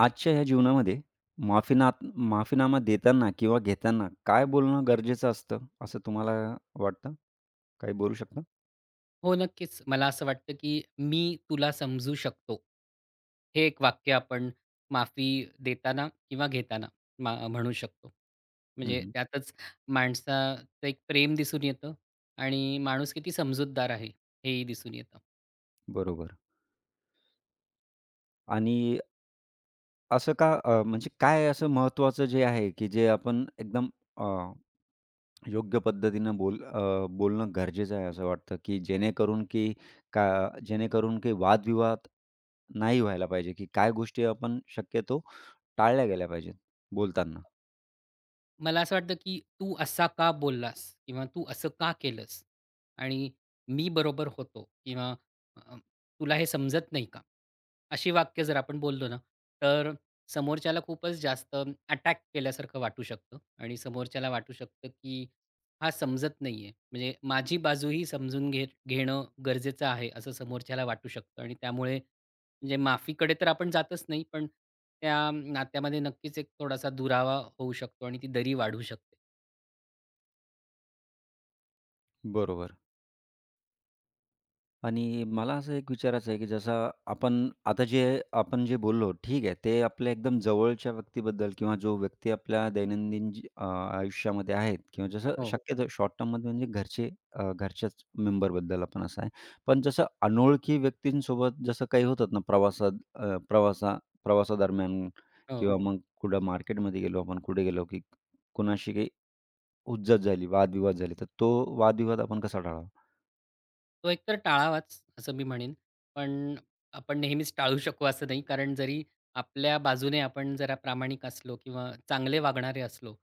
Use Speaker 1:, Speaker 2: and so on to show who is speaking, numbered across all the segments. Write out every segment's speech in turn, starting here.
Speaker 1: आजच्या ह्या जीवनामध्ये माफीनात माफीनामा देताना किंवा घेताना काय बोलणं गरजेचं असतं, असं तुम्हाला वाटतं? काही बोलू शकता?
Speaker 2: हो, नक्कीच. मला असं वाटतं, की "मी तुला समजू शकतो." हे एक वाक्य आपण माफी देताना किंवा घेताना म्हणू शकतो.
Speaker 1: हं,
Speaker 2: म्हणजे
Speaker 1: हं.
Speaker 2: त्यातच माणसाचं एक प्रेम दिसून येतं आणि माणूस किती समजूतदार आहे हेही दिसून येतं.
Speaker 1: बरोबर. आणि असं का म्हणजे काय असं महत्त्वाचं जे आहे, की जे आपण एकदम अ, योग्य पद्धतीनं बोलणं गरजेचं आहे असं वाटतं, की का जेणेकरून की वादविवाद नाही व्हायला पाहिजे, की काय गोष्टी आपण शक्यतो टाळल्या गेल्या पाहिजेत बोलताना?
Speaker 2: मला असं वाटतं, की "तू असा का बोललास?" किंवा "तू असं का केलंस?" आणि "मी बरोबर होतो" किंवा अ, "तुला हे समजत नाही का?" अशी वाक्य जर आपण बोललो ना, तर समोरच्याला खूपच जास्त अटॅक केल्यासारखं वाटू शकतं आणि समोरच्याला वाटू शकतं, की हा समजत नाहीये. म्हणजे माझी बाजूही समजून घेणं गरजेचं आहे, असं समोरच्याला वाटू शकतं आणि त्यामुळे म्हणजे माफीकडे तर आपण जातच नाही, पण त्या नात्यामध्ये नक्कीच एक थोडासा दुरावा होऊ शकतो आणि ती दरी वाढू शकते.
Speaker 1: बरोबर. आणि मला असं एक विचारायचं आहे, की जसं आपण आता जे बोललो, ठीक आहे. ते आपल्या एकदम जवळच्या व्यक्तीबद्दल किंवा जो व्यक्ती आपल्या दैनंदिन आयुष्यामध्ये आहेत किंवा जसं
Speaker 2: हो.
Speaker 1: शक्यतो शॉर्ट टर्ममध्ये म्हणजे घरचे घरच्याच मेंबरबद्दल आपण असं आहे. पण जसं अनोळखी व्यक्तींसोबत जसं काही होतात ना प्रवासात अ, प्रवासा प्रवासादरम्यान
Speaker 2: हो.
Speaker 1: किंवा मग कुठं मार्केटमध्ये गेलो आपण, कुठे गेलो, की कोणाशी काही हुज्जत झाली, वादविवाद झाले, तर तो वादविवाद आपण कसा टाळावा?
Speaker 2: तो एकतर टाळावाच असं मी म्हणेन. पण आपण नेहमीच टाळू शकू असं नाही. कारण जरी आपल्या बाजूने आपण जरा प्रामाणिक असलो किंवा चांगले वागणारे असलो,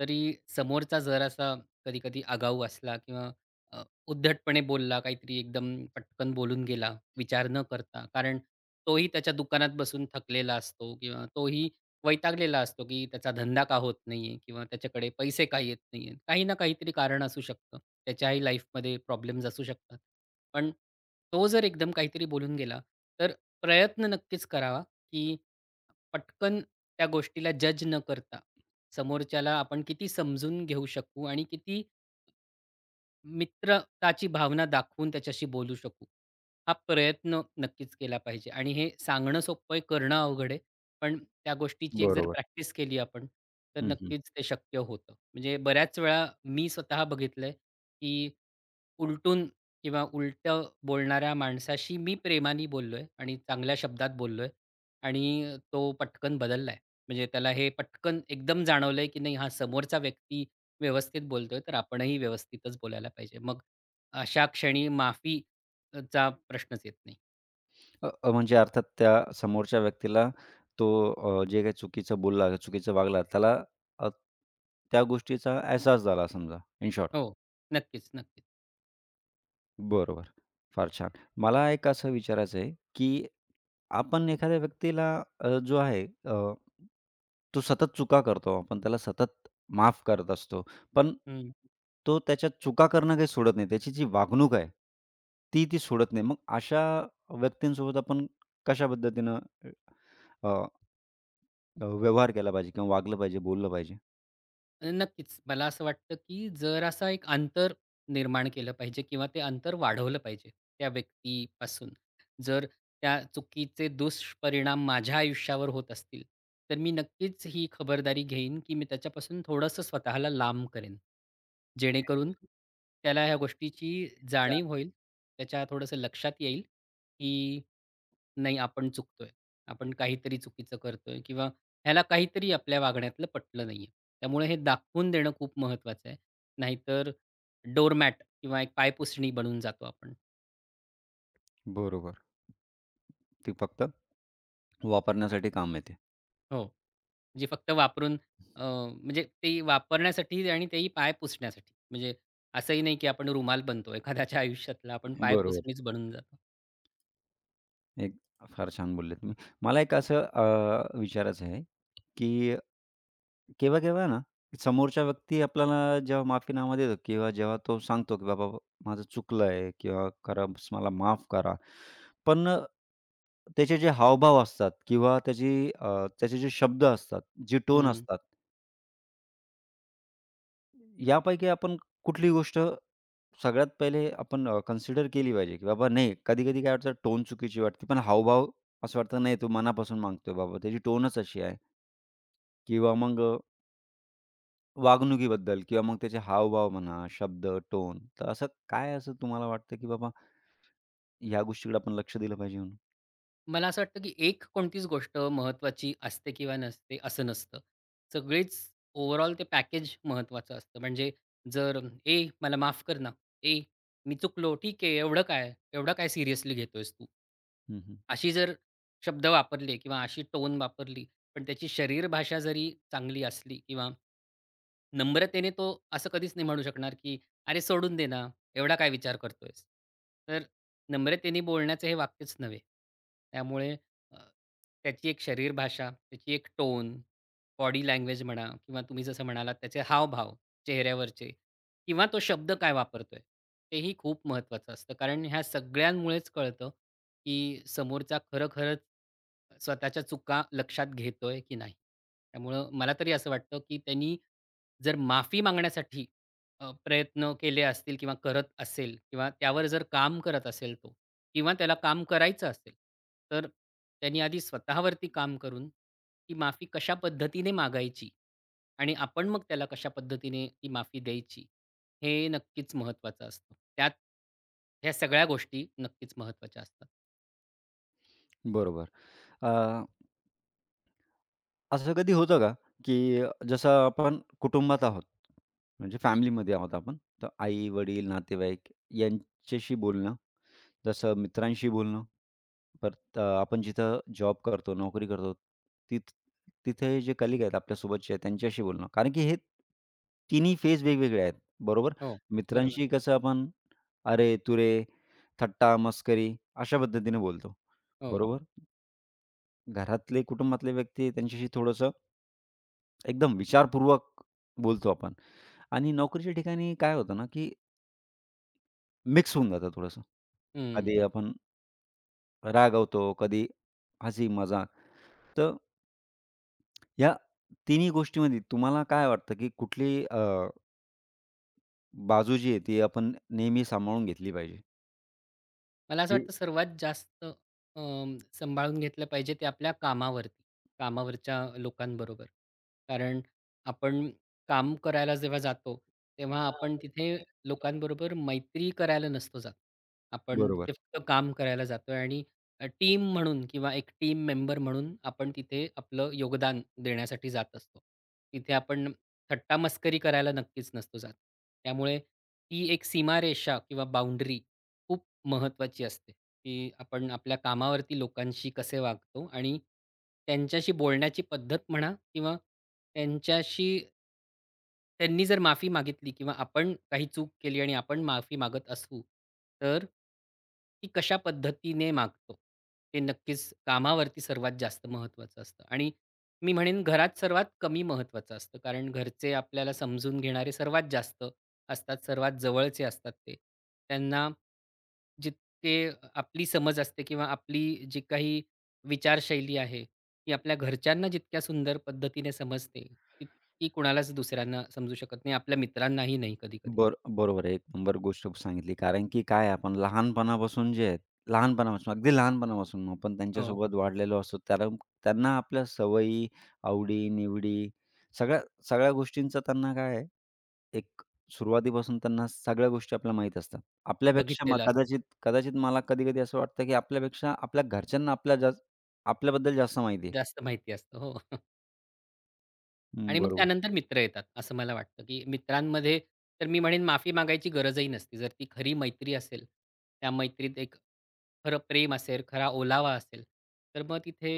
Speaker 2: तरी समोरचा जरासा कधी-कधी आगाऊ असला किंवा अ, उद्धटपणे बोलला, काहीतरी एकदम पटकन बोलून गेला, विचार न करता. कारण तोही त्याच्या दुकानात बसून थकलेला असतो किंवा तोही वैतागलेला असतो, की त्याचा धंदा का होत नाहीये किंवा त्याच्याकडे पैसे का येत नाहीयेत. काही ना काहीतरी कारण असू शकतं. त्याच्याही लाईफमध्ये प्रॉब्लेम्स असू शकतात. पण तो जर एकदम काहीतरी बोलून गेला, तर प्रयत्न नक्कीच करावा, की पटकन त्या गोष्टीला जज न करता, समोरच्याला आपण किती समजून घेऊ शकू आणि किती मित्रताची भावना दाखवून त्याच्याशी बोलू शकू. हा प्रयत्न नक्कीच केला पाहिजे आणि हे सांगणं सोपं आहे, करणं अवघड आहे. पण त्या गोष्टीची एक जर
Speaker 1: बरोबर.
Speaker 2: प्रॅक्टिस केली आपण, तर
Speaker 1: हं, हं.
Speaker 2: नक्कीच ते शक्य होतं. म्हणजे बऱ्याच वेळा मी स्वतः बघितलंय, की उलटून किंवा उलटं बोलणाऱ्या माणसाशी मी प्रेमाने बोललोय आणि चांगल्या शब्दात बोललोय आणि तो पटकन बदललाय. म्हणजे त्याला हे पटकन एकदम जाणवलंय, की नाही हा समोरचा व्यक्ती व्यवस्थित बोलतोय, तर आपणही व्यवस्थितच बोलायला पाहिजे. मग अशा क्षणी माफी चा प्रश्नच येत नाही.
Speaker 1: अ, अ, म्हणजे अर्थात त्या समोरच्या व्यक्तीला तो जे काही चुकीचं बोलला, चुकीचं वागला त्याला अ, त्या गोष्टीचा अहसास झाला समजा इन
Speaker 2: हो,
Speaker 1: शॉर्ट.
Speaker 2: नक्कीच, नक्कीच.
Speaker 1: बरोबर. फार छान. मला एक असं विचारायचं आहे, की आपण एखाद्या व्यक्तीला अ, जो आहे अ, तो सतत चुका करतो. आपण त्याला सतत माफ करत असतो. पण तो त्याच्या चुका करणं काही सोडत नाही. त्याची जी वागणूक आहे, ती ती सोडत नाही. मग अशा व्यक्तींसोबत आपण कशा पद्धतीनं व्यवहार केला पाहिजे किंवा वागलं पाहिजे, बोललं पाहिजे.
Speaker 2: नक्कीच. मला असं वाटतं, की जरासा एक अंतर निर्माण केलं पाहिजे किंवा ते अंतर वाढवलं पाहिजे त्या व्यक्तीपासून. जर त्या चुकीचे दुष्परिणाम माझ्या आयुष्यावर होत असतील, तर मी नक्कीच ही खबरदारी घेईन, की मी त्याच्यापासून थोडंसं स्वतःला लांब करेन. जेणेकरून त्याला ह्या गोष्टीची जाणीव होईल, त्याच्या थोडंसं लक्षात येईल, नाही आपण चुकतोय. आपण काहीतरी चुकीचं करतोय किंवा ह्याला काहीतरी आपल्या वागण्यातलं पटलं नाहीये. त्यामुळे हे दाखवून देणं खूप महत्त्वाचं आहे. नाहीतर डोअरमॅट किंवा एक पायपुसणी बनून जातो आपण.
Speaker 1: बरोबर. ती फक्त वापरण्यासाठी काम येते.
Speaker 2: हो. म्हणजे फक्त वापरून म्हणजे ते वापरण्यासाठी आणि तेही पाय पुसण्यासाठी. म्हणजे असंही नाही की आपण रुमाल बनतो. एखाद्याच्या आयुष्यातला आपण
Speaker 1: बरोबर.
Speaker 2: पायपुसणीच बनून जातो.
Speaker 1: एक फार छान बोलले तुम्ही. मला एक असं विचारायचं आहे, की केव्हा-केव्हा ना, समोरच्या व्यक्ती आपल्याला जेव्हा माफीनामा देतो किंवा जेव्हा तो सांगतो, की "बाबा माझं चुकलं आहे" किंवा "करा मला माफ करा." पण त्याचे जे हावभाव असतात किंवा त्याचे जे शब्द असतात, जी टोन असतात यापैकी आपण कुठली गोष्ट सगळ्यात पहिले आपण कन्सिडर केली पाहिजे, की बाबा नाही कधी-कधी काय वाटतं टोन चुकीची वाटते, पण हावभाव असं वाटतं नाही तो मनापासून मागतोय बाबा, त्याची टोनच अशी आहे किंवा मग वागणुकीबद्दल किंवा मग त्याचे हावभाव म्हणा, शब्द, टोन. तर असं काय असं तुम्हाला वाटतं, की बाबा ह्या गोष्टीकडे आपण लक्ष दिलं पाहिजे म्हणून?
Speaker 2: मला असं वाटतं, की एक कोणतीच गोष्ट महत्त्वाची असते किंवा नसते असं नसतं. सगळीच ओव्हरऑल ते पॅकेज महत्त्वाचं असतं. म्हणजे जर "ए मला माफ कर ना. ए मी चुकलो. ठीक आहे. एवढं काय? एवढं काय सिरियसली घेतोयस तू?"
Speaker 1: हं, हं.
Speaker 2: अशी जर शब्द वापरले किंवा अशी टोन वापरली, पण त्याची शरीरभाषा जरी चांगली असली किंवा नम्रतेने तो असं कधीच नाही म्हणू शकणार, की "अरे सोडून दे ना. एवढा काय विचार करतोयस?" तर नम्रतेने बोलण्याचं हे वाक्यच नव्हे. त्यामुळे अ, त्याची एक शरीरभाषा, त्याची एक टोन, बॉडी लँग्वेज म्हणा किंवा तुम्ही जसं म्हणालात त्याचे हावभाव चेहऱ्यावरचे किंवा तो शब्द काय वापरतोय, तेही खूप महत्त्वाचं असतं. कारण ह्या सगळ्यांमुळेच कळतं, की समोरचा खरोखरच स्वतःच्या चुका लक्षात घेतोय की नाही. त्यामुळं मला तरी असं वाटतं, की त्यांनी जर माफी मागण्यासाठी प्रयत्न केले असतील किंवा करत असेल किंवा त्यावर जर काम करत असेल तो किंवा त्याला काम करायचं असेल, तर त्यांनी आधी स्वतःवरती काम करून ती माफी कशा पद्धतीने मागायची आणि आपण मग त्याला कशा पद्धतीने ती माफी द्यायची, हे नक्कीच महत्त्वाचं असतं. त्यात ह्या सगळ्या गोष्टी नक्कीच महत्त्वाच्या असतात.
Speaker 1: बरोबर. असं कधी होतं का, की जसं आपण कुटुंबात आहोत, म्हणजे फॅमिलीमध्ये आहोत आपण, तर आई-वडील, नातेवाईक यांच्याशी बोलणं, जसं मित्रांशी बोलणं, परत आपण जिथं जॉब करतो, नोकरी करतो, तिथ तिथे जे कलीग आहेत आपल्यासोबतचे त्यांच्याशी बोलणं. कारण की हे तिन्ही फेज वेगवेगळे आहेत, बरोबर?
Speaker 2: हो, बरोबर.
Speaker 1: मित्रांशी कसं आपण अरे, तुरे, थट्टा, मस्करी अशा पद्धतीने बोलतो,
Speaker 2: हो.
Speaker 1: बरोबर? घरातले, कुटुंबातले व्यक्ती त्यांच्याशी थोडंसं एकदम विचारपूर्वक बोलतो आपण आणि नोकरीच्या ठिकाणी काय होतं ना, की मिक्स होऊन जातं थोडंसं.
Speaker 2: हं.
Speaker 1: कधी आपण रागावतो, कधी हसी-मजाक. तर या तिन्ही गोष्टीमध्ये तुम्हाला काय वाटतं, की कुठली बाजू जी आहे ती आपण नेहमी सांभाळून घेतली पाहिजे?
Speaker 2: मला असं
Speaker 1: की
Speaker 2: वाटतं सर्वात जास्त सांभाळून घेतलं पाहिजे ते आपल्या कामावरती, कामावरच्या लोकांबरोबर. कारण आपण काम करायला जेव्हा जातो, तेव्हा आपण तिथे लोकांबरोबर मैत्री करायला नसतो जात. आपण तिथे
Speaker 1: बरोबर.
Speaker 2: फक्त काम करायला जातोय आणि टीम म्हणून किंवा एक टीम मेंबर म्हणून आपण तिथे आपलं योगदान देण्यासाठी जात असतो. तिथे आपण थट्टा-मस्करी करायला नक्कीच नसतो जात. त्यामुळे ती एक सीमारेषा किंवा बाउंडरी खूप महत्त्वाची असते, की आपण आपल्या कामावरती लोकांशी कसे वागतो आणि त्यांच्याशी बोलण्याची पद्धत म्हणा किंवा त्यांच्याशी त्यांनी जर माफी मागितली किंवा आपण काही चूक केली आणि आपण माफी मागत असू, तर ती कशा पद्धतीने मागतो, हे नक्कीच कामावरती सर्वात जास्त महत्त्वाचं असतं आणि मी म्हणेन घरात सर्वात कमी महत्त्वाचं असतं. कारण घरचे आपल्याला समजून घेणारे सर्वात जास्त असतात, सर्वात जवळचे असतात ते. त्यांना जितके आपली समज असते किंवा आपली जी काही विचारशैली आहे, ती आपल्या घरच्यांना जितक्या सुंदर पद्धतीने समजते, तितकी कुणालाच दुसऱ्यांना समजू शकत नाही. आपल्या मित्रांनाही नाही कधी-कधी.
Speaker 1: बरोबर आहे. एक नंबर गोष्ट सांगितली. कारण की काय आहे, आपण लहानपणापासून जे आहेत, लहानपणापासून अगदी लहानपणापासून आपण
Speaker 2: हो,
Speaker 1: त्यांच्यासोबत वाढलेलो असतो. त्याला त्यांना आपल्या सवयी, आवडी-निवडी सगळ्या सगळ्या गोष्टींचा त्यांना काय आहे, एक सुरुवातीपासून त्यांना सगळ्या गोष्टी आपल्याला माहीत असतात. आपल्यापेक्षा मग
Speaker 2: बघितलेलं असतं.
Speaker 1: कदाचित कदाचित मला कधी-कधी असं वाटतं, की आपल्यापेक्षा आपल्या घरच्यांना आपल्या जास्त आपल्याबद्दल जास्त माहिती आहे.
Speaker 2: जास्त माहिती असतं. हो.
Speaker 1: हं,
Speaker 2: आणि मग
Speaker 1: बरोबर.
Speaker 2: त्यानंतर मित्र येतात, असं मला वाटतं, की मित्रांमध्ये तर मी म्हणेन माफी मागायची गरजही नसते. जर ती खरी मैत्री असेल, त्या मैत्रीत एक खरं प्रेम असेल, खरा ओलावा असेल, तर मग तिथे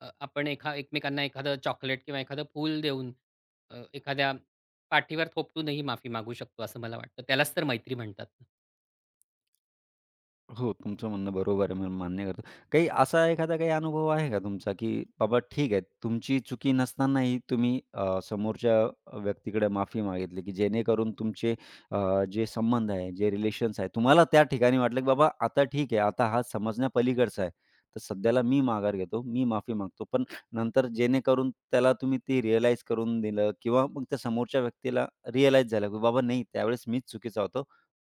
Speaker 2: आपण एकमेकांना एखादं चॉकलेट किंवा एखादं फूल देऊन एखाद्या पाठीवर थोपटूनही माफी मागू शकतो, असं मला वाटतं. त्यालाच तर मैत्री म्हणतात.
Speaker 1: हो, तुमचं म्हणणं बरोबर आहे. मी मान्य करतो. काही असा एखादा काही अनुभव आहे का तुमचा, की बाबा ठीक आहे, तुमची चुकी नसतानाही तुम्ही समोरच्या व्यक्तीकडे माफी मागितली, की जेणेकरून तुमचे जे संबंध आहे, जे रिलेशन्स आहे, तुम्हाला त्या ठिकाणी वाटलं, की बाबा आता ठीक आहे, आता हा समजण्यापलीकडचा आहे. तर सध्याला मी माघार घेतो, मी माफी मागतो. पण नंतर जेणेकरून त्याला तुम्ही ते रिअलाईज करून दिलं किंवा मग त्या समोरच्या व्यक्तीला रिअलाईज झालं, की बाबा नाही त्यावेळेस मीच चुकीचा होतो.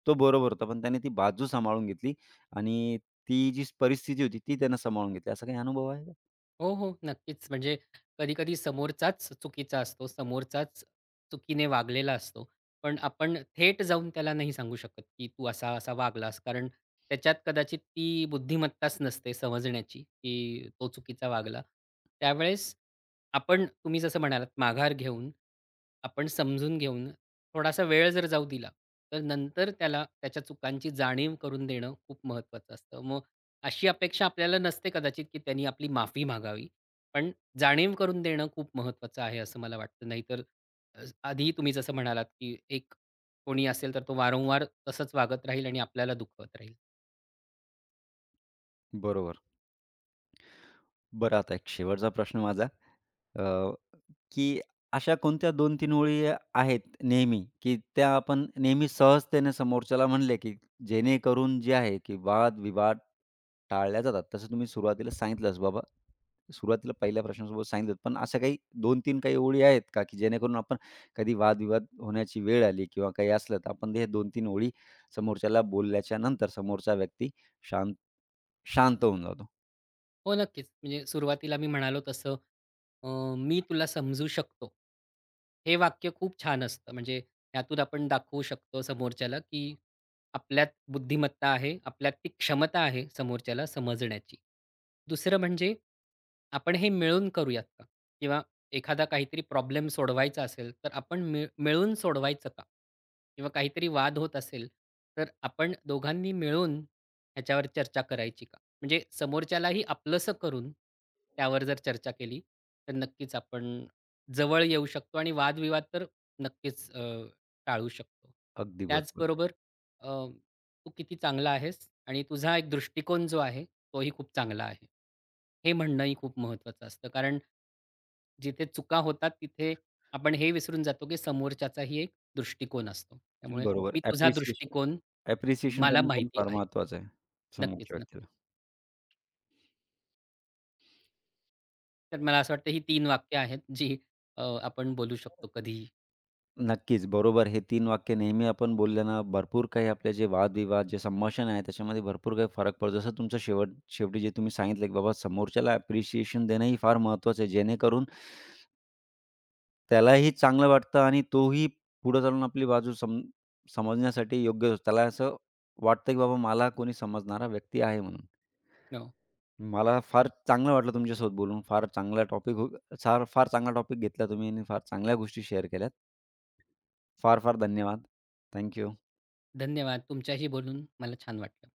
Speaker 1: तो बरोबर होता, पण त्याने ती बाजू सांभाळून घेतली आणि ती जी परिस्थिती होती ती त्यांना सांभाळून घेतली. असा काही अनुभव आहे का?
Speaker 2: हो, हो. नक्कीच. म्हणजे कधी-कधी समोरचाच चुकीचा असतो, समोरचाच चुकीने वागलेला असतो. पण आपण थेट जाऊन त्याला नाही सांगू शकत, की तू असा-असा वागलास. कारण त्याच्यात कदाचित ती बुद्धिमत्ताच नसते समजण्याची, की तो चुकीचा वागला. त्यावेळेस आपण तुम्ही जसं म्हणालात माघार घेऊन, आपण समजून घेऊन थोडासा वेळ जर जाऊ दिला, तर नंतर त्याला त्याच्या चुकांची जाणीव करून देणं खूप महत्त्वाचं असतं. मग अशी अपेक्षा आपल्याला नसते कदाचित, की त्यांनी आपली माफी मागावी. पण जाणीव करून देणं खूप महत्त्वाचं आहे असं मला वाटतं. नाहीतर आधी तुम्ही जसं म्हणालात, की एक कोणी असेल तर तो वारंवार तसंच वागत राहील आणि आपल्याला दुखवत राहील.
Speaker 1: बरोबर. बरं आता एक शेवटचा प्रश्न माझा. अ, की अशा कोणत्या 2 तीन ओळी आहेत नेहमी, की त्या आपण नेहमी सहजतेने समोरच्याला म्हणले, की जेणेकरून जे आहे, की वाद-विवाद टाळल्या जातात. तसं तुम्ही सुरुवातीला सांगितलंच बाबा, सुरुवातीला पहिल्या प्रश्नासोबत सांगितलं. पण अशा काही 2 तीन काही ओळी आहेत का, की जेणेकरून आपण कधी वादविवाद होण्याची वेळ आली किंवा काही असलं, तर आपण हे 2-3 ओळी समोरच्याला बोलल्याच्या नंतर समोरचा व्यक्ती शांत शांत होऊन जातो.
Speaker 2: हो, नक्कीच. म्हणजे सुरुवातीला मी म्हणालो तसं अ, "मी तुला समजू शकतो." हे वाक्य खूप छान असतं. म्हणजे यातून आपण दाखवू शकतो समोरच्याला, की आपल्यात बुद्धिमत्ता आहे, आपल्यात ती क्षमता आहे समोरच्याला समजण्याची. दुसरं म्हणजे आपण हे मिळून करूयात का? किंवा एखादा काहीतरी प्रॉब्लेम सोडवायचा असेल, तर आपण मिळून सोडवायचं का? किंवा काहीतरी वाद होत असेल, तर आपण दोघांनी मिळून ह्याच्यावर चर्चा करायची का? म्हणजे समोरच्यालाही आपलंसं करून त्यावर जर चर्चा केली, तर नक्कीच आपण जवळ येऊ शकतो आणि वादविवाद तर नक्कीच टाळू शकतो.
Speaker 1: अगदी बरोबर.
Speaker 2: त्याचबरोबर अ, तू किती चांगला आहेस आणि तुझा एक दृष्टिकोन जो आहे, तोही खूप चांगला आहे. हे म्हणणंही खूप महत्त्वाचं असतं. कारण जिथे चुका होतात, तिथे आपण हे विसरून जातो, की समोरच्याचाही एक दृष्टिकोन असतो.
Speaker 1: हो.
Speaker 2: त्यामुळे
Speaker 1: बरोबर.
Speaker 2: मी तुझा
Speaker 1: ॲप्रिसिएशन
Speaker 2: दृष्टिकोन
Speaker 1: ॲप्रिसिएशन
Speaker 2: मला
Speaker 1: करणं पण
Speaker 2: माहिती
Speaker 1: फार
Speaker 2: आहे.
Speaker 1: महत्त्वाचं आहे,
Speaker 2: नक्कीच,
Speaker 1: समोरच्या
Speaker 2: नक्कीच.
Speaker 1: व्यक्तीला.
Speaker 2: तर मला असं वाटतं ही 3 वाक्य आहेत जी आपण बोलू शकतो कधीही.
Speaker 1: नक्कीच, बरोबर. हे 3 वाक्य नेहमी आपण बोलले ना, भरपूर काही आपले जे वाद-विवाद, जे संभाषण आहे, त्याच्यामध्ये भरपूर काही फरक पडतो. जसं तुमचं शेवटी जे तुम्ही सांगितलं, की बाबा समोरच्याला ॲप्रिसिएशन देणं ही फार महत्त्वाचं आहे, जेणेकरून त्यालाही चांगलं वाटतं आणि तोही पुढे चालून आपली बाजू समजण्यासाठी योग्य त्याला असं वाटतं, की बाबा मला कोणी समजणारा व्यक्ती आहे म्हणून.
Speaker 2: हो.
Speaker 1: मला फार चांगलं वाटलं तुमच्यासोबत बोलून. फार चांगला टॉपिक हो फार फार चांगला टॉपिक घेतला तुम्ही आणि फार चांगल्या गोष्टी शेअर केल्यात. फार फार धन्यवाद. Thank you.
Speaker 2: धन्यवाद. तुमच्याशी बोलून मला छान वाटलं.